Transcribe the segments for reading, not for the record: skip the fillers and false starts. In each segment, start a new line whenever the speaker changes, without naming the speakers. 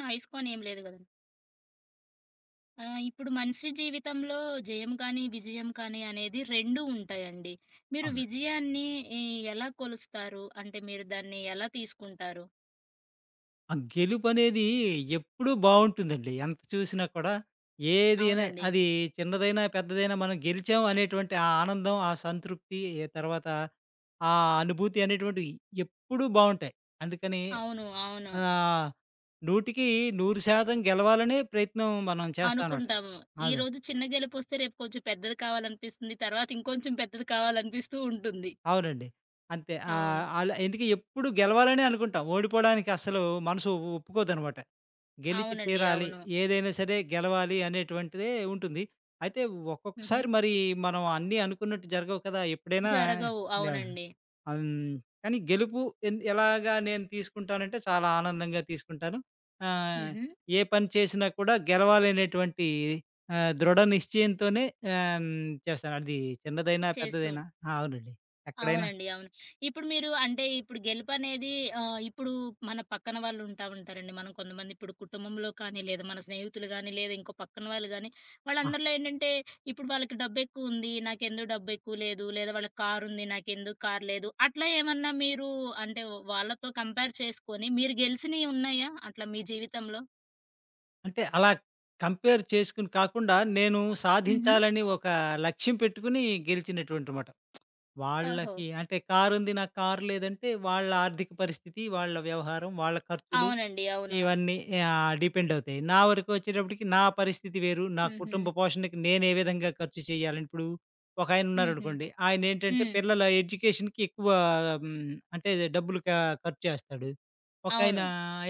Noise కాని ఏం లేదు గదండీ. ఇప్పుడు మనిషి జీవితంలో జయం కానీ, విజయం కానీ అనేది 2 ఉంటాయండి. మీరు
అవును.
విజయాన్ని ఈ ఎలా కొలుస్తారు? అంటే మీరు దాన్ని ఎలా తీసుకుంటారు?
ఆ గెలుపనేది ఎప్పుడూ బావుంటుందండి. ఎంత చూసినా కూడా ఏదైనా
అవునండి.
అది చిన్నదైనా, పెద్దదైనా మనం గెలిచాం అనేటువంటి ఆ ఆనందం, ఆ సంతృప్తి, ఏ తర్వాత ఆ అనుభూతి అనేటువంటివి ఎప్పుడూ బావుంటాయి. అందుకని
అవును. అవును.
ఆహ్, 100కి 100% గెలవాలనే ప్రయత్నం మనం చేస్తామనమాట.
అనుకుంటాము.
అదే.
ఈరోజు చిన్న గెలుపొస్తే రేపు కొంచెం పెద్దది కావాలనిపిస్తుంది. తర్వాత ఇంకొంచెం పెద్దది కావాలనిపిస్తూ ఉంటుంది.
అవునండి. అంతే.
అవును.
అలా ఎందుకు ఎప్పుడు గెలవాలనే అనుకుంటాం. ఓడిపోవడానికి అస్సలు మనసు ఒప్పుకోదనమాట. గెలిచి
అవునండి.
తీరాలి.
అవును.
ఏదైనా సరే గెలవాలి అనేటువంటిదే ఉంటుంది. అయితే
హుహు.
ఒక్కొక్కసారి మరి మనం అన్నీ అనుకున్నట్టు జరగవు కదా! ఎప్పుడైనా
జరగవు.
ఇలా
అవునండి.
ఆహ్, హ్మ్. కానీ గెలుపు ఎలాగా నేను తీసుకుంటానంటే చాలా ఆనందంగా తీసుకుంటాను. ఆహ్,
హుహు.
ఏ పని చేసినా కూడా గెలవాలనేటువంటి దృఢ నిశ్చయంతోనే ఆహ్, హ్మ్. చేస్తాను. అది చిన్నదైనా,
చేస్తూ
పెద్దదైనా అవునండి. ఎక్కడైనా
అవునండి. అవును. ఇప్పుడు మీరు అంటే ఇప్పుడు గెలుపనేది ఇప్పుడు మన పక్కన వాళ్ళు ఉంటా ఉంటారండి. మనం కొంతమంది ఇప్పుడు కుటుంబంలో కానీ, లేదా మన స్నేహితులు గానీ, లేదా ఇంకో పక్కన వాళ్ళు గానీ,
ఆ!
వాళ్ళందరిలో ఏంటంటే ఇప్పుడు వాళ్ళకి డబ్బెక్కువుంది. నాకెందుకు డబ్బెక్కువ లేదు. లేదా వాళ్ళకి కారుంది. నాకెందుకు కారు లేదు. అట్లా ఏమన్నా మీరు అంటే వాళ్ళతో కంపేర్ చేసుకొని మీరు గెలిసినయి ఉన్నాయా అట్లా మీ జీవితంలో?
అంటే అలా కంపేర్ చేసుకొని కాకుండా, నేను
హుహు.
సాధించాలని ఒక లక్ష్యం పెట్టుకుని గెలిచినటువంటిమాట.
ఓహో!
వాళ్ళకి అంటే కారుంది నాకు కారు లేదంటే వాళ్ళ ఆర్థిక పరిస్థితి, వాళ్ళ వ్యవహారం, వాళ్ళ ఖర్చులు
అవునండి. అవును.
ఇవన్నీ డిపెండ్ అవుతాయి. నా వరకు వచ్చేటప్పటికి నా పరిస్థితి వేరు. నా
హుహు.
కుటుంబ పోషణకి నేను ఏ విధంగా ఖర్చు చేయాలి. ఇప్పుడు ఒకాయన
హుహు.
ఉన్నారనుకోండి. ఆయనేంటంటే
హ్మ్.
పిల్లల ఎడ్యుకేషన్‌కి ఎక్కువ హ్మ్, అంటే డబ్బులు క ఖర్చు చేస్తాడు. ఒకాయన
అవును.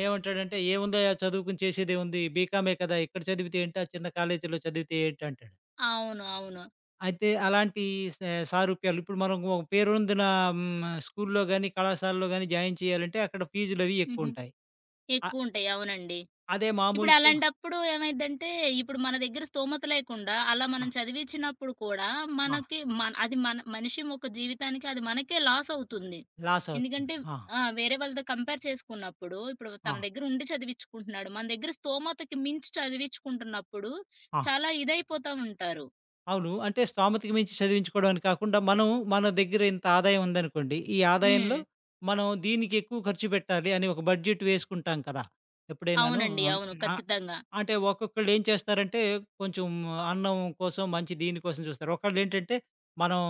ఏమంటాడంటే, "ఏముందయ్యా చదువుకొని చేసేదేముంది? బీకామే కదా! ఇక్కడ చదివితే ఏంటి? ఆ చిన్న కాలేజీలో చదివితే ఏంటి?" అంటాడు.
అవును. అవును.
అయితే అలాంటి స సారూప్యాలు ఇప్పుడు మనం ఒక పేరొందిన స్కూల్‌లో గాని, కళాశాలలో గాని జాయిన్ చేయాలంటే అక్కడ ఫీజులవి
హుహు.
ఎక్కువుంటాయి. అ
ఎక్కువుంటాయి. అవునండి.
అదే మామూలు
ఇప్పుడలాంటప్పుడు ఏమైద్దంటే, ఇప్పుడు మన దగ్గర స్తోమత లేకుండా, అలా మనం చదివిచ్చినప్పుడు కూడా
ఆ!
మనకి మన అది మన మనిషి యొక్క జీవితానికి అది మనకే లాసవుతుంది.
లాస్ అవుతుంది.
ఎందుకంటే
ఆ!
ఆ! వేరే వాళ్ళతో కంపేర్ చేసుకున్నప్పుడు, ఇప్పుడు
ఆ!
తన దగ్గర ఉండి చదివిచ్చుకుంటున్నాడు. మన దగ్గర స్తోమతకి మించి చదివిచ్చుకుంటున్నప్పుడు,
ఆ!
చాలా ఇదైపోతా ఉంటారు.
అవును. అంటే స్తోమతకి మించి చదివించుకోవడం అని కాకుండా, మనం మన దగ్గర ఇంత ఆదాయం ఉందనుకోండి, ఈ ఆదాయంలో
హ్మ్.
మనం దీనికి ఎక్కువ ఖర్చు పెట్టాలి అని ఒక బడ్జెట్ వేసుకుంటాం కదా! ఎప్పుడైనాను
అవునండి. అవును.
ఆహ్,
ఖచ్చితంగా.
అంటే ఒక్కొక్కళ్ళు ఏం చేస్తారంటే, కొంచెం అన్నం కోసం, మంచి దీనికోసం చూస్తారు. ఒకళ్ళేంటంటే, మనం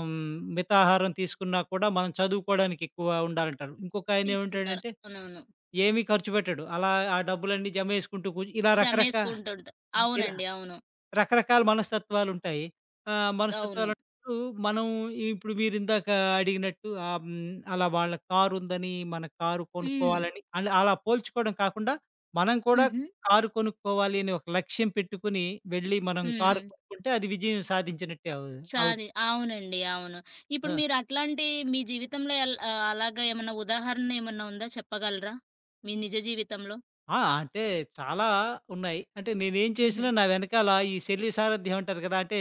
మితాహారం తీసుకున్నా కూడా మనం చదువుకోవడానికి ఎక్కువ ఉండాలంటారు. ఇంకొక ఆయన
తీసుకుంటారు.
ఏమంటాడంటే,
అవునవును.
ఏమీ ఖర్చు పెట్టడు. అలా ఆ డబ్బులన్నీ జమేసుకుంటూ కూర్చు ఇలా రకరకా
జమేసుకుంటుంట
ఇలా
అవునండి. అవును.
రకరకాల మనస్తత్వాలుంటాయి.
అవును.
మనస్తత్వాలున్నప్పుడు మనం ఇప్పుడు మీరిందాక అడిగినట్టు అలా వాళ్ళ కారుందని మన కారు
హ్మ్.
కొనుక్కోవాలని అండ్ అలా పోల్చుకోవడం కాకుండా, మనం కూడా
హుహు.
కారు కొనుక్కోవాలి అని ఒక లక్ష్యం పెట్టుకొని వెళ్ళి మనం కారు
హ్మ్.
కొనుక్కుంటే అది విజయం సాధించినట్టే
సాది
అవుతుంది.
అవునండి. అవును. ఇప్పుడు
ఆ!
మీరు అట్లాంటి మీ జీవితంలో ఎల్ అలాగా ఏమన్నా ఉదాహరణ ఏమన్నా ఉందా చెప్పగలరా? మీ నిజ జీవితంలో?
ఆ! అంటే చాలా ఉన్నాయి. అంటే నేనేం
హుహు.
చేసినా నా వెనకాల ఈ శల్య సారథ్యం అంటారు కదా! అంటే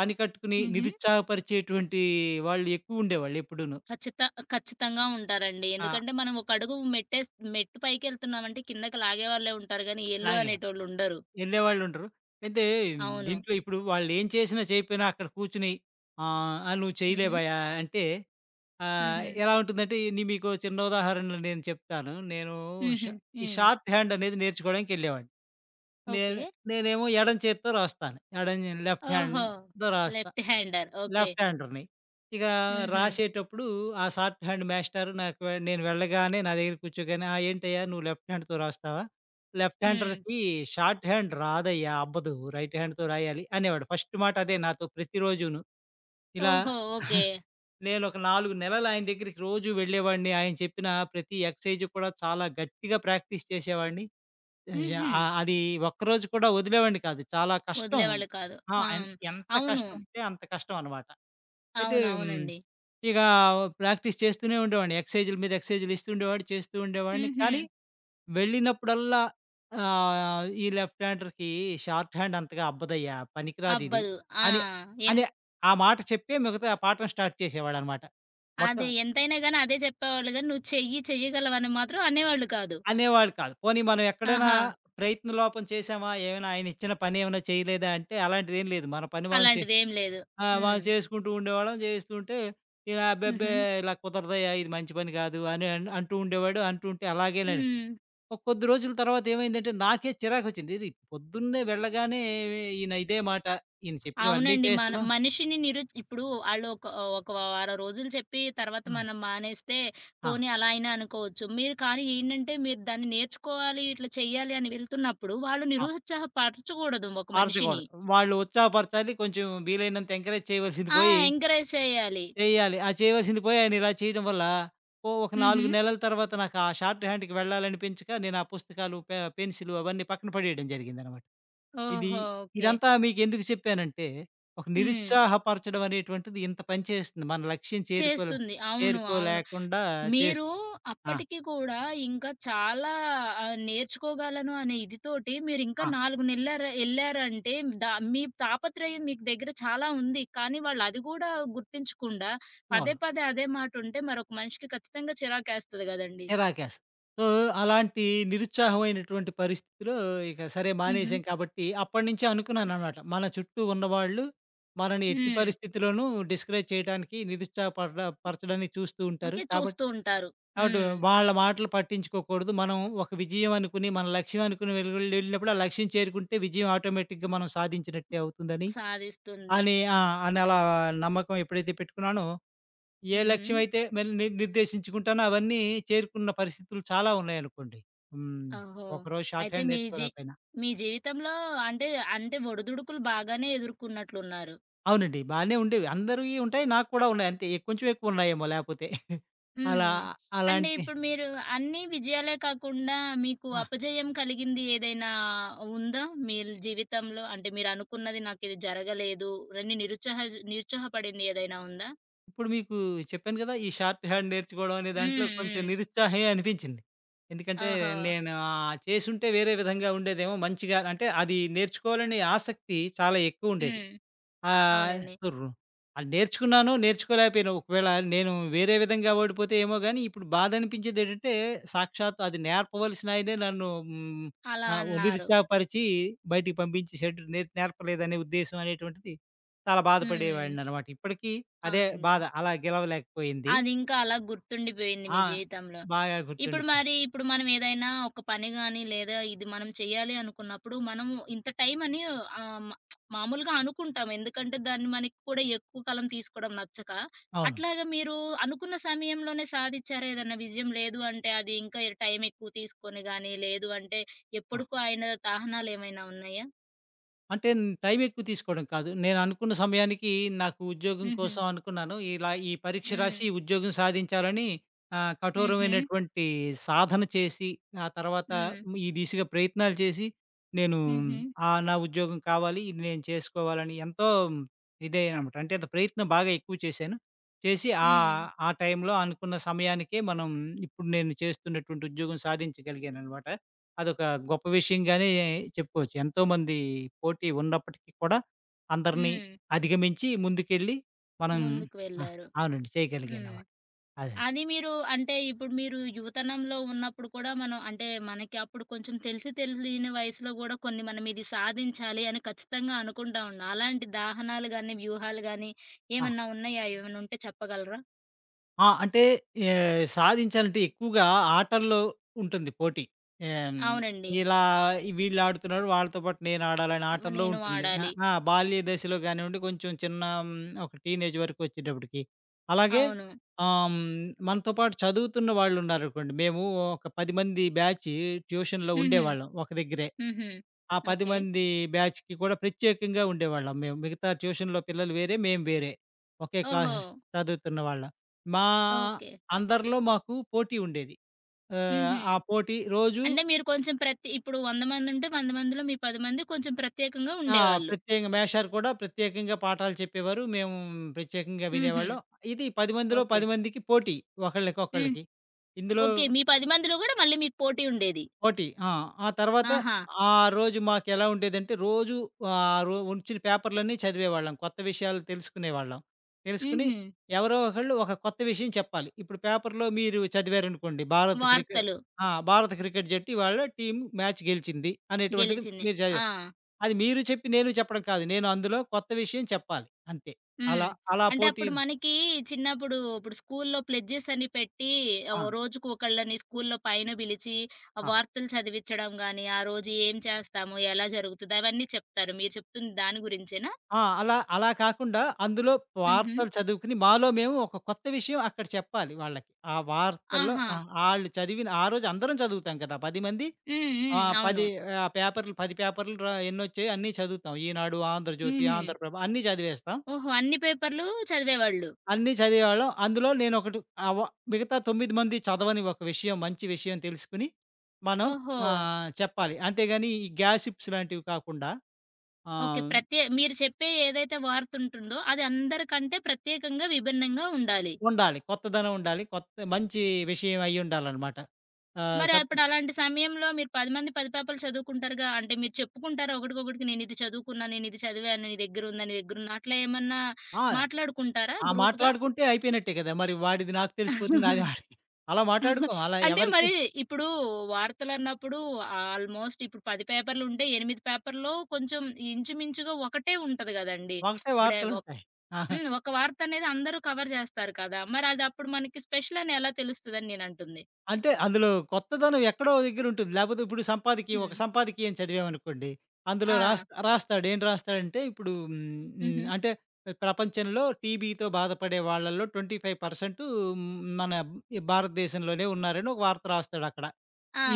పని కట్టుకుని
హుహు.
నిరుత్సాహపరిచేటువంటి వాళ్ళు ఎక్కువుండేవాళ్ళు ఎప్పుడూను.
ఖచ్చిత ఖచ్చితంగా ఉంటారండి.
ఆ!
ఎందుకంటే మనం ఒక అడుగు మెట్టేస్ మెట్టు పైకెళ్తున్నామంటే కిందకి లాగేవాళ్ళే ఉంటారు గానీ, ఎళ్ళు
అలాగే
అనేటోళ్ళుండరు.
ఎళ్ళేవాళ్ళుంటరు. అయితే
అవును.
దీంట్లో ఇప్పుడు వాళ్ళేం చేసినా, చేయకపోయినా అక్కడ కూర్చొని "ఆ! నువ్వు
హుహు.
చేయలేవయ్యా" అంటే
హుహు.
ఎలా ఉంటుందంటే, నీ మీకో చిన్న ఉదాహరణ నేను చెప్తాను. నేను ష
హుహు.
ఈ
హ్మ్.
షార్ట్ హ్యాండ్ అనేది నేర్చుకోవడానికెళ్ళేవాడిని. నేను
ఓకే.
నేనేమో ఎడం చేత్తో రాస్తాను. ఎడం లెఫ్ట్
ఓహో!
హ్యాండ్‌తో రాస్తా.
Left hander. ఓకే.
లెఫ్ట్ హ్యాండర్‌ని. ఇక
హుహు.
రాసేటప్పుడు ఆ షార్ట్ హ్యాండ్ మాస్టారు నాకు నేను వెళ్ళగానే నా దగ్గర కూర్చోగానే, "ఆ! ఏంటయ్యా నువ్వు లెఫ్ట్ హ్యాండ్‌తో రాస్తావా? లెఫ్ట్
హ్మ్.
హ్యాండర్‌కి షార్ట్ హ్యాండ్ రాదయ్యా! అవ్వదు. రైట్ హ్యాండ్‌తో రాయాలి" అనేవాడు. ఫస్ట్ మాట అదే నాతో ప్రతిరోజును. ఇలా
ఓహో! ఓకే.
నేనొక 4 నెలలు ఆయన దగ్గరికి రోజు వెళ్ళేవాడిని. ఆయన చెప్పిన ప్రతి ఎక్సర్సైజ్ కూడా చాలా గట్టిగా ప్రాక్టీస్ చేసేవాడిని.
హుహు.
అది ఒక్కరోజు కూడా వదిలేవాడిని కాదు. చాలా కష్టం.
వదిలేవాళ్ళు కాదు.
ఆ!
ఆ!
ఎన్ ఎంత
అవును.
కష్టం ఉంటే అంత కష్టం అనమాట. అయితే హ్మ్.
అవునవునండి.
ఇగా ప్రాక్టీస్ చేస్తూనే ఉండేవాడిని. ఎక్సర్‌సైజుల మీద ఎక్సర్‌సైజులు ఇస్తూ ఉండేవాడు. చేస్తూ ఉండేవాడిని.
హుహు.
కానీ వెళ్ళినప్పుడల్లా ఈ లెఫ్ట్ హ్యాండర్‌కి షార్ట్ హ్యాండ్ అంతగా అబ్బదయ్యా! పనికిరాదిది
అవ్వదు. ఆ!
అని,
ఎన్
అని ఆ మాట చెప్పే మిగతా ఆ పాఠం స్టార్ట్ చేసేవాడనమాట. మొట్ట
అదే ఎంతైనా గాని అదే చెప్పేవాళ్ళు గాని, "నువ్వు చెయ్యి, చెయ్యగలవని" మాత్రం అనేవాళ్ళు కాదు.
అనేవాడు కాదు. పోనీ మనం ఎక్కడైనా
ఆహా!
ప్రయత్నలోపం చేశామా? ఏమైనా ఆయన ఇచ్చిన పనేమైనా చేయలేదా? అంటే అలాంటిదేం లేదు. మన పని మనం చే
అలాంటిదేం లేదు.
ఆ! మనం
హ్మ్.
చేసుకుంటూ ఉండేవాళ్ళం. చేస్తుంటే ఇలా అబ్బెబ్బే!
హుహు.
ఇలా కుదరదయ్యా! ఇది మంచి పని కాదు అని అంటూ ఉండేవాడు. అంటూ ఉంటే అలాగేనని.
హ్మ్.
ఒక కొద్ది రోజుల తర్వాత ఏమైందంటే నాకే చిరాకొచ్చింది. ఇది పొద్దున్నే వెళ్ళగానే ఈయన ఇదే మాట. ఈయన చెప్పినవన్నీ
అవునండి. మన
చేస్తున్నాం.
మనిషిని నిరు ఇప్పుడు ఆళ్ళు ఒక ఒక వారం రోజులు చెప్పి తర్వాత
ఆ!
మనం మానేస్తే,
ఆ!
పోనీ అలా అయినా అనుకోవచ్చు. మీరు కానీ ఏంటంటే, మీరు దాన్ని నేర్చుకోవాలి, ఇట్లా చెయ్యాలి అని వెళ్తున్నప్పుడు, వాళ్ళు
ఆ!
నిరుత్సాహపరచకూడదు ఒక మనిషిని.
మార్చకూడదు. వాళ్ళు ఉత్సాహపరచాలి. కొంచెం వీలైనంత ఎంకరేజ్ చేయవలసింది
ఆ!
పోయి
ఎంకరేజ్ చేయాలి.
చేయాలి. ఆ చేయవలసింది పోయి ఆయన ఇలా చేయడం వల్ల ఒక
హుహు.
4 నెలల తర్వాత నాకు ఆ షార్ట్ హ్యాండ్‌కి వెళ్ళాలనిపించక నేను ఆ పుస్తకాలు, పెన్సిలు అవన్నీ పక్కన పడేయడం జరిగిందనమాట. ఇది
ఓహో! ఓకే.
ఇదంతా మీకెందుకు చెప్పానంటే, ఒక
హ్మ్.
నిరుత్సాహపరచడం అనేటువంటిది ఇంత పని చేస్తుంది. మన లక్ష్యం చేరుకోలే
చేస్తుంది. అవును. అవును.
చేరుకోలేకుండా
మీరు
చేస్తుంది. ఆ!
అప్పటికి కూడా ఇంకా చాలా నేర్చుకోగలను అనే ఇది తోటి మీరింకా
ఆ!
4 నెల్లార ఎళ్లారంటే దా మీ తాపత్రయం మీకు దగ్గర చాలా ఉంది. కానీ వాళ్ళది గూడా గుర్తించకుండా పదే
అవును.
పదే అదే మాటుంటే మరొక మనిషికి ఖచ్చితంగా చిరాకేస్తది గదండీ!
చిరాకేస్తది. సో, అలాంటి నిరుత్సాహమైనటువంటి పరిస్థితిలో ఇక సరే
హుహు.
మానేసాం కాబట్టి, అప్పటినుంచే అనుకున్నాననమాట. మన చుట్టూ ఉన్నవాళ్ళు మనని ఎట్టి
హ్మ్.
పరిస్థితిలోనూ డిస్కరేజ్ చేయడానికి, పరచడానికి చూస్తూ ఉంటారు.
అందుకే చూస్తూ ఉంటారు.
కాబట్టి
హ్మ్.
వాళ్ళ మాటలు పట్టించుకోకూడదు. మనం ఒక విజయం అనుకుని, మన లక్ష్యం అనుకుని వెలుగులు వెళ్ళినప్పుడు ఆ లక్ష్యం చేరుకుంటే విజయం ఆటోమేటిక్‌గా మనం సాధించినట్టే అవుతుందని
సాధిస్తుంది.
అని ఆ! అని అలా నమ్మకం ఎప్పుడైతే పెట్టుకున్నానో, ఏ
హుహు.
లక్ష్యమైతే మరి నిర్దేశించుకుంటానో అవన్నీ చేరుకున్న పరిస్థితులు చాలా ఉన్నాయనుకోండి. హ్మ్.
ఓహో!
ఒకరోజు షార్ట్
అయితే
హ్యాండ్
మీ జీ
నేర్చుకోలేకపోయినా.
మీ జీవితంలో అంటే, అంటే ఒడిదుడుకులు బాగానే ఎదుర్కొన్నట్లున్నారు.
అవునండి. బానే ఉండేవి. అందరివి ఉంటాయి. నాకు కూడా ఉన్నాయి. అంతే కొంచెం ఎక్కువ ఉన్నాయేమో లేపోతే. అలా
హ్మ్. అంటే
అలాంటి
ఇప్పుడు మీరు అన్ని విజయాలే కాకుండా మీకు
ఆ!
అపజయం కలిగింది ఏదైనా ఉందా? మీ జీవితంలో అంటే మీరనుకున్నది నాకిది జరగలేదు అని నిరుత్సాహ నిరుత్సాహపడింది ఏదైనా ఉందా?
ఇప్పుడు మీకు చెప్పాను కదా! ఈ షార్ట్ హ్యాండ్ నేర్చుకోవడం అనే దాంట్లో
హ్మ్.
కొంచెం
హ్మ్.
నిరుత్సాహమే అనిపించింది. ఎందుకంటే
ఓహో!
నేను చేసుంటే వేరే విధంగా ఉండేదేమో మంచిగా అంటే అది నేర్చుకోవాలనే ఆసక్తి చాలా ఎక్కువుండేది.
హ్మ్.
ఆహ్,
అవునండి.
రు అది నేర్చుకున్నాను, నేర్చుకోలేకపోయాను. ఒకవేళ నేను వేరే విధంగా ఓడిపోతే ఏమో గాని, ఇప్పుడు బాధనిపించేదేటంటే, సాక్షాత్తు అది నేర్పవలసిన ఆయనే నన్ను హ్మ్,
అలా
ఆహ్, ఓ
అన్నారు.
నిరుత్సాహపరిచి బయటికి పంపించేసాడు. నేర్పలేదనే ఉద్దేశం అనేటువంటిది చాలా
హ్మ్.
బాధపడేవాడిననమాట. ఇప్పటికీ అదే
అవునండి.
బాధ. అలా గెలవలేకపోయింది.
అదింకా అలా గుర్తుండిపోయింది మీ
ఆ!
జీవితంలో.
బాగా
ఇప్పుడు
గుర్తుండిపోయాను.
మరి ఇప్పుడు మనం ఏదైనా ఒక పని గాని, లేదా ఇది మనం చేయాలి అనుకున్నప్పుడు, మనము ఇంత టైం అని ఆహ్, మ మామూలుగా అనుకుంటాం. ఎందుకంటే, దాన్ని మనకి కూడా ఎక్కువ కాలం తీసుకోవడం నచ్చక.
అవును.
అట్లాగా మీరు అనుకున్న సమయంలోనే సాధిచ్చారా ఏదన్నా విజయం? లేదు అంటే, అది ఇంకా టైం ఎక్కువ తీసుకొని గాని, లేదు అంటే
ఆ!
ఎప్పటికో ఆయన తాహనాలేమైనా ఉన్నాయా?
అంటే టైం ఎక్కువ తీసుకోవడం కాదు. నేను అనుకున్న సమయానికి నాకు ఉద్యోగం
హుహు.
కోసం అనుకున్నాను. ఇలా ఈ పరీక్ష
హ్మ్.
రాసి ఈ ఉద్యోగం సాధించాలని
హుహు.
కఠోరమైనటువంటి సాధన చేసి, ఆ తర్వాత
హ్మ్.
ఈ దిశగా ప్రయత్నాలు చేసి, నేను
హుహు.
నా ఉద్యోగం కావాలి. ఇది నేను చేసుకోవాలని ఎంతో ఇదయ్యాననమాట. అంటే అంత ప్రయత్నం బాగా ఎక్కువ చేశాను. చేసి
హ్మ్.
ఆ టైంలో అనుకున్న సమయానికే మనం ఇప్పుడు నేను చేస్తున్నటువంటి ఉద్యోగం సాధించగలిగాననమాట. అదొక గొప్ప విషయంగానే చెప్పుకోవచ్చు. ఎంతోమంది పోటీ ఉన్నప్పటికీ కూడా అందరిని
హ్మ్.
అధిగమించి ముందుకెళ్ళి మనం
ముందుకు
ఆ!
వెళ్లారు.
అవునండి.
హ్మ్.
చేయగలిగాననమాట. అదే.
అది మీరు అంటే ఇప్పుడు మీరు యువతనంలో ఉన్నప్పుడు కూడా మనం అంటే మనకి అప్పుడు కొంచెం తెలిసి తెలియని వయసులో కూడా కొన్ని మనం ఇది సాధించాలి అని ఖచ్చితంగా అనుకుంటా ఉన్నాం. అలాంటి దాహనాలు గాని, వ్యూహాలు గాని
ఆ!
ఏమన్నా ఉన్నాయా? ఏమన్నా ఉంటే చెప్పగలరా?
ఆ! అంటే సాధించాలంటే ఎక్కువగా ఆటల్లో ఉంటుంది పోటీ. ఆహ్,
అవునండి.
ఇలా వీళ్ళు ఆడుతున్నారు వాళ్ళతో పాటు నేను ఆడాలని
మ
ఆటల్లో
నేను
ఉంటుంది. ఆ!
వాడాలి.
ఆ! బాల్య దశలో కానివ్వండి కొంచెం చిన్న ఒక టీనేజ్ వరకు వచ్చేటప్పటికి. అలాగే
అవును.
ఆహ్, హ్మ్, మనతో పాటు చదువుతున్న వాళ్ళున్నారనుకోండి. మేము ఒక 10 మంది బ్యాచ్ ట్యూషన్‌లో
హుహు.
ఉండేవాళ్ళం ఒక దగ్గరే.
హుహు.
ఆ 10
ఓకే.
మంది బ్యాచ్‌కి కూడా ప్రత్యేకంగా ఉండేవాళ్ళం మేము. మిగతా ట్యూషన్‌లో పిల్లలు వేరే, మేము వేరే. ఒకే
ఓహో!
క్లాస్ చదువుతున్నవాళ్ళం. మా
ఓకే.
అందరిలో మాకు పోటీ ఉండేది.
హుహు.
ఆ పోటీ రోజు
అంటే మీరు కొంచెం ప్రతి ఇప్పుడు 100 మందుంటే 100 మందిలో మీ 10 మంది కొంచెం ప్రత్యేకంగా
ఆ!
ఉండేవాళ్ళు.
ప్రత్యేకంగా మేషారు కూడా ప్రత్యేకంగా పాఠాలు చెప్పేవారు. మేము ప్రత్యేకంగా
హుహు.
వినేవాళ్ళం. ఇది 10 మందిలో
ఓకే.
10 మందికి పోటీ
హ్మ్.
ఒకళ్ళకొకళ్ళకి. ఇందులో
ఓకే. మీ 10 మందిలో గూడా మళ్ళీ మీకు పోటీ ఉండేది.
పోటీ. ఆ తర్వాత
ఆహా!
ఆ రోజు మాకెలా ఉండేదంటే రోజు ఆహ్, రో ఒచ్చిన పేపర్‌లన్నీ చదివేవాళ్ళం. కొత్త విషయాలు తెలుసుకునేవాళ్ళం. తెలుసుకొని
హుహు.
ఎవరో ఒకళ్ళు ఒక కొత్త విషయం చెప్పాలి. ఇప్పుడు పేపర్‌లో మీరు చదివారనుకోండి భారత క్రికెట్
వార్తలు
భారత క్రికెట్ జట్టు ఇవాళ టీమ్ మ్యాచ్ గెలిచింది అనేటువంటిది
గెలిచింది.
మీరు
ఆ!
చదివారు. అది మీరు చెప్పి నేను చెప్పడం కాదు. నేను అందులో కొత్త విషయం చెప్పాలి అంతే.
హ్మ్.
అలా అలా
అంటే
పోటీ
అప్పుడు మనకి చిన్నప్పుడు ఇప్పుడు స్కూల్లో ప్లెడ్జెస్ అని పెట్టి ఓ
ఆ!
రోజుకు ఒకళ్ళని స్కూల్లో పైన పిలిచి ఆ
ఆ!
వార్తలు చదివించడం గాని, ఆ రోజు ఏం చేస్తాము, ఎలా జరుగుతది అవన్నీ చెప్తారు. మీరు చెప్తుంది దాని గురించేనా?
ఆ! అలా అలా కాకుండా అందులో
హుహు.
వార్తలు చదువుకుని మాలో మేము ఒక కొత్త విషయం అక్కడ చెప్పాలి వాళ్ళకి. ఆ వార్తల్లో
ఆహా!
ఆళ్ళు చదివిన ఆ రోజు అందరం చదువుతాం కదా! 10 మంది
హ్మ్. హ్మ్.
ఆహ్,
అవును.
10 ఆహ్, పేపర్‌లు 10 పేపర్‌లు ఎన్నొచ్చాయో అన్నీ చదువుతాం. ఈనాడు, ఆంధ్రజ్యోతి,
హుహు.
ఆంధ్రప్రభ అన్నీ చదివేస్తాం.
ఓహో! అన్ని పేపర్‌లు చదివేవాళ్ళు.
అన్నీ చదివేవాళ్ళం. అందులో నేనొకటి ఆవ మిగతా 9 మంది చదవని ఒక విషయం, మంచి విషయం తెలుసుకొని మనం
ఓహో!
చెప్పాలి. అంతేగాని ఈ గ్యాసిప్స్ లాంటివి కాకుండా
ఓకే.
ఆహ్
ప్రత్యే మీరు చెప్పే ఏదైతే వార్తుంటుందో అది అందరికంటే ప్రత్యేకంగా విభిన్నంగా ఉండాలి.
ఉండాలి. కొత్తదనం ఉండాలి. కొత్త మంచి విషయం అయ్యుండాలనమాట. ఆహ్,
మరి
సప్
ఇప్పుడు అలాంటి సమయంలో మీరు 10 మంది 10 పేపర్లు చదువుకుంటారుగా. అంటే మీరు చెప్పుకుంటారా ఒకడికొకడికి నేనిది చదువుకున్నా, నేనిది చదివాను, నీ దగ్గరుందా, నీ దగ్గరుందా అట్లా ఏమన్నా
ఆ!
మాట్లాడుకుంటారా
ఆ!
గ్రూప్‌గా?
మాట్లాడుకుంటే అయిపోయినట్టే కదా! మరి వాడిది నాకు తెలిసిపోతుంది. అది వాడికి అలా మాట్లాడుకోం. అలా
అంటే
ఎవరికీ
మరి ఇప్పుడు వార్తలన్నప్పుడు ఆల్మోస్ట్ ఇప్పుడు 10 పేపర్లుంటే 8 పేపర్‌లో కొంచెం ఇంచుమించుగా ఒకటే ఉంటది గదండీ.
ఒకటే
ఇప్పుడే
వార్తలుంటాయి. ఆహా!
హ్మ్. ఒక వార్తనేది అందరూ కవర్ జేస్తారు కదా! మరి అది అప్పుడు మనకి స్పెషల్ అని ఎలా తెలుస్తదని నేనంటుంది.
అంటే అందులో కొత్తదనం ఎక్కడో దగ్గర ఉంటుంది. లేపోతే ఇప్పుడు సంపాదకీయం, ఒక
హ్మ్.
సంపాదకీయం చదివామనుకోండి. అందులో
ఆ!
రాస్తాడు. ఏం రాస్తాడంటే ఇప్పుడు హ్మ్, హ్మ్,
హుహు.
అంటే ప్రపంచంలో టీబీతో బాధపడే వాళ్ళలో 25% మన భారతదేశంలోనే ఉన్నారని ఒక వార్త రాస్తాడక్కడ.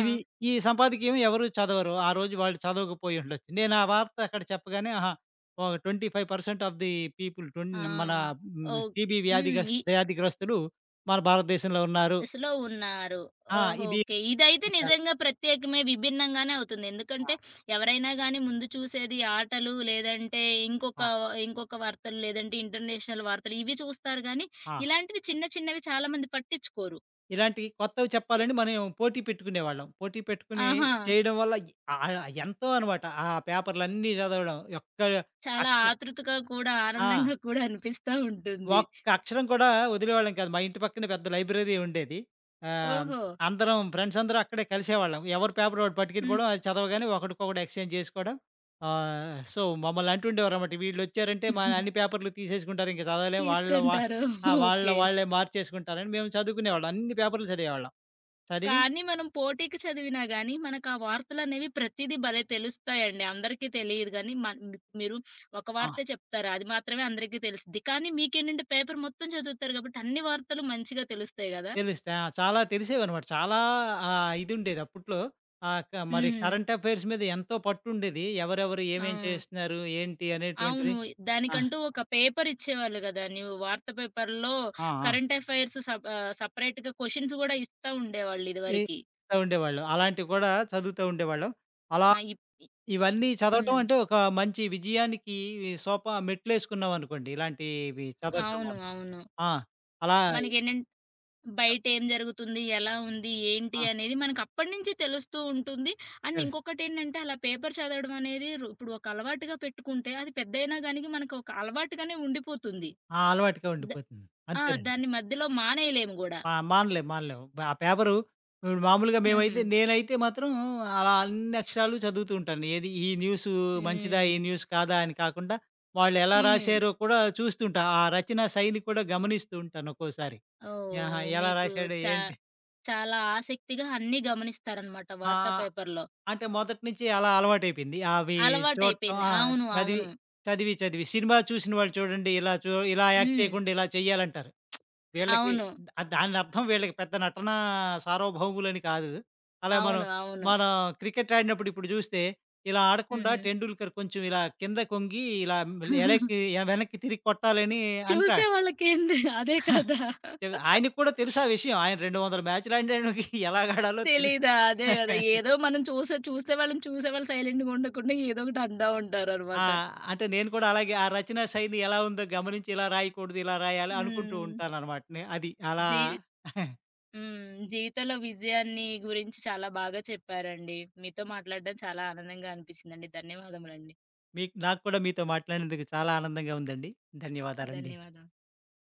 ఇది ఈ సంపాదకీయం ఎవరు చదవరు. ఆ రోజు వాళ్ళు చదవకపోయి ఉండొచ్చు. నేను ఆ వార్త అక్కడ చెప్పగానే ఆహా! ఒక 25% ఆఫ్ ది పీపుల్
ఆ!
మన
ఓహ్!
టీబీ
హ్మ్. ఈ
వ్యాధిగ్రస్తులు మన భారతదేశంలో ఉన్నారు.
స్‌లో ఉన్నారు.
ఆ!
ఓహో!
ఇది
ఓకే. ఇదైతే
ఆ!
నిజంగా ప్రత్యేకమే, విభిన్నంగానే అవుతుంది. ఎందుకంటే ఎవరైనా గాని ముందు చూసేది ఆటలు, లేదంటే ఇంకొక
ఆ!
ఇంకొక వార్తలు, లేదంటే ఇంటర్నేషనల్ వార్తలు ఇవి చూస్తారు గానీ,
ఆ!
ఇలాంటివి చిన్న చిన్నవి చాలా మంది పట్టించుకోరు.
ఇలాంటివి కొత్తవి చెప్పాలని మనం పోటీ పెట్టుకునేవాళ్ళం. పోటీ పెట్టుకొని
ఆహా!
చేయడం వల్ల ఆహ్, ఎంతో అనమాట. ఆ పేపర్‌లన్నీ చదవడం. యొక్క
చాలా
అక్ష
ఆతృతగా కూడా,
ఆ!
ఆనందంగా కూడా అనిపిస్తా ఉంటుంది.
ఒక్క అక్షరం కూడా వదిలేవాళ్ళం కాదు. మా ఇంటి పక్కనే పెద్ద లైబ్రరీ ఉండేది. ఆహ్,
ఓహో!
అందరం ఫ్రెండ్స్ అందరం అక్కడే కలిసేవాళ్ళం. ఎవరి పేపర్ వాడు
హ్మ్.
పట్టుకెళ్ళిపోవడం, అది చదవగానే ఒకడికొకడు ఎక్స్‌చేంజ్ జేసుకోవడం. సో, మమ్మల్ని అంటుండేవారన్నమాట. వీళ్ళొచ్చారంటే మా అన్ని పేపర్‌లు తీసేసుకుంటారు. ఇంక చదవలేం. వాళ్ళలో వా
తీసుకుంటారు.
ఆ! వాళ్ళలో
ఓకే.
వాళ్ళే మార్చేసుకుంటారని మేము చదువుకునేవాళ్ళం. అన్ని పేపర్‌లు చదివేవాళ్ళం. చదివి
కానీ మనం పోటీకి చదివినా గాని, మనకు ఆ వార్తలనేవి ప్రతీదీ భలే తెలుస్తాయండి. అందరికీ తెలియదు గాని, మన్ మీరు ఒక
ఆ!
వార్తే చెప్తారు. అది మాత్రమే అందరికీ తెలుస్తది. కానీ మీకేంటంటే పేపర్ మొత్తం చదువుతారు కాబట్టి అన్ని వార్తలు మంచిగా తెలుస్తాయి గదా!
తెలుస్తే. ఆ! చాలా తెలిసేవనమాట. చాలా ఇదుండేది అప్పట్లో. ఆహ్, క మరి
హుహు.
కరెంట్ అఫైర్స్ మీద ఎంతో పట్టుండేది. ఎవరెవరు
ఆ!
ఏమేం చేస్తున్నారు, ఏంటి
అవును.
అనేటువంటిది. ఆ!
దానికంటూ ఒక పేపర్ ఇచ్చేవాళ్ళు గదా! న్యూ వార్తా పేపర్‌లో
ఆ! ఆ!
కరెంట్ అఫైర్స్ సప్ సెపరేట్‌గా క్వెషన్స్ గూడా ఇస్తా ఉండేవాళ్ళు
ఏ
ఇదివరకి.
ఇస్తా ఉండేవాళ్ళు. అలాంటివి కూడా చదువుతూ ఉండేవాళ్ళం. అలా
నా ఇప్
ఇవన్నీ చదవటం
హ్మ్.
అంటే ఒక మంచి విజయానికి మెట్లేసుకున్నామనుకోండి. ఇలాంటివి చదవటం
అవును.
వల్ల.
అవును.
ఆ! అలా
మనకేంటంటే బయట ఏం జరుగుతుంది? ఎలా ఉంది? ఏంటి?
ఆ!
అనేది మనకప్పటి నుంచి తెలుస్తూ ఉంటుంది. అండ్
సరే.
ఇంకొకటేంటంటే అలా పేపర్ చదవడం అనేది రొ ఇప్పుడు ఒక అలవాటుగా పెట్టుకుంటే అది పెద్దయినా గాని మనకు ఒక అలవాటుగానే ఉండిపోతుంది.
ఆ అలవాటుగా
ద
ఉండిపోతుంది.
ఆ!
అంతేనండి.
దాన్ని మధ్యలో మానేయలేము గూడా.
ఆ! మానలేం. మానలేం. ఆ పేపరు ఇప్పుడు మామూలుగా
హుహు.
నేనైతే మాత్రం అలా అన్ని అక్షరాలు చదువుతూ ఉంటాను. ఏది ఈ న్యూసు మంచిదా?
హ్మ్.
ఈ న్యూస్ కాదా? అని కాకుండా వాళ్ళు ఎలా
హ్మ్.
రాశారో కూడా చూస్తుంటా. ఆ రచనా శైలి కూడా గమనిస్తూ ఉంటాను ఒక్కోసారి.
ఓహ్!
ఎలా
మీకు
రాశాడు?
చా
ఏంటి?
చాలా ఆసక్తిగా అన్నీ గమనిస్తారనమాట
ఆ!
వార్తా పేపర్‌లో.
అంటే మొదటి నుంచి అలా అలవాటైపోయింది. అవి చూడటం
అలవాటయిపోయింది. అవును.
చదివి,
అవును.
చదివి, సినిమా చూసిన వాళ్ళు చూడండి ఇలా యాక్ట్
హ్మ్.
చేయకుండా ఇలా చేయాలంటారు. వీళ్ళకి
అవును.
దానర్థం వీళ్ళకి పెద్ద నటనా సార్వభౌములని కాదు. అలా మనం,
అవును. అవును.
మనం క్రికెట్ ఆడినప్పుడు ఇప్పుడు జూస్తే, ఇలా ఆడకుండా
హుహు.
'టెండూల్కర్' కొంచెం ఇలా కింద కొంగి ఇలా ఎడకి వెనక్కి తిరిగి కొట్టాలని అంటా
చూసే వాళ్ళకేంది అదే కదా!
ఆయనకి కూడా తెలుసు ఆ విషయం. ఆయన 200 మ్యాచ్‌లు ఆడాడినోడికి ఎలాగాడాలో తెలుసు.
తెలీదా? అదే గదా! ఏదో మనం చూసే చూసే వాళ్ళని చూసేవాళ్ళు సైలెంట్‌గా ఉండకుండా ఏదో ఒకటి అంటా
ఆ!
ఉంటారనమాట.
అంటే నేను కూడా అలాగే ఆ రచనా శైలి ఎలా ఉందో గమనించి ఇలా రాయకూడదు, ఇలా రాయాలి అనుకుంటూ
హ్మ్.
ఉంటాననమాట. నే అది అలా
జీవి హ్మ్. జీవితంలో విజయాన్ని గురించి చాలా బాగా చెప్పారండి. మీతో మాట్లాడడం చాలా ఆనందంగా అనిపిచ్చిందండి. ధన్యవాదములండి.
మీకు నాకు కూడా మీతో మాట్లాడినందుకు చాలా ఆనందంగా ఉందండి. ధన్యవాదాలండి.
ధన్యవాదాలు.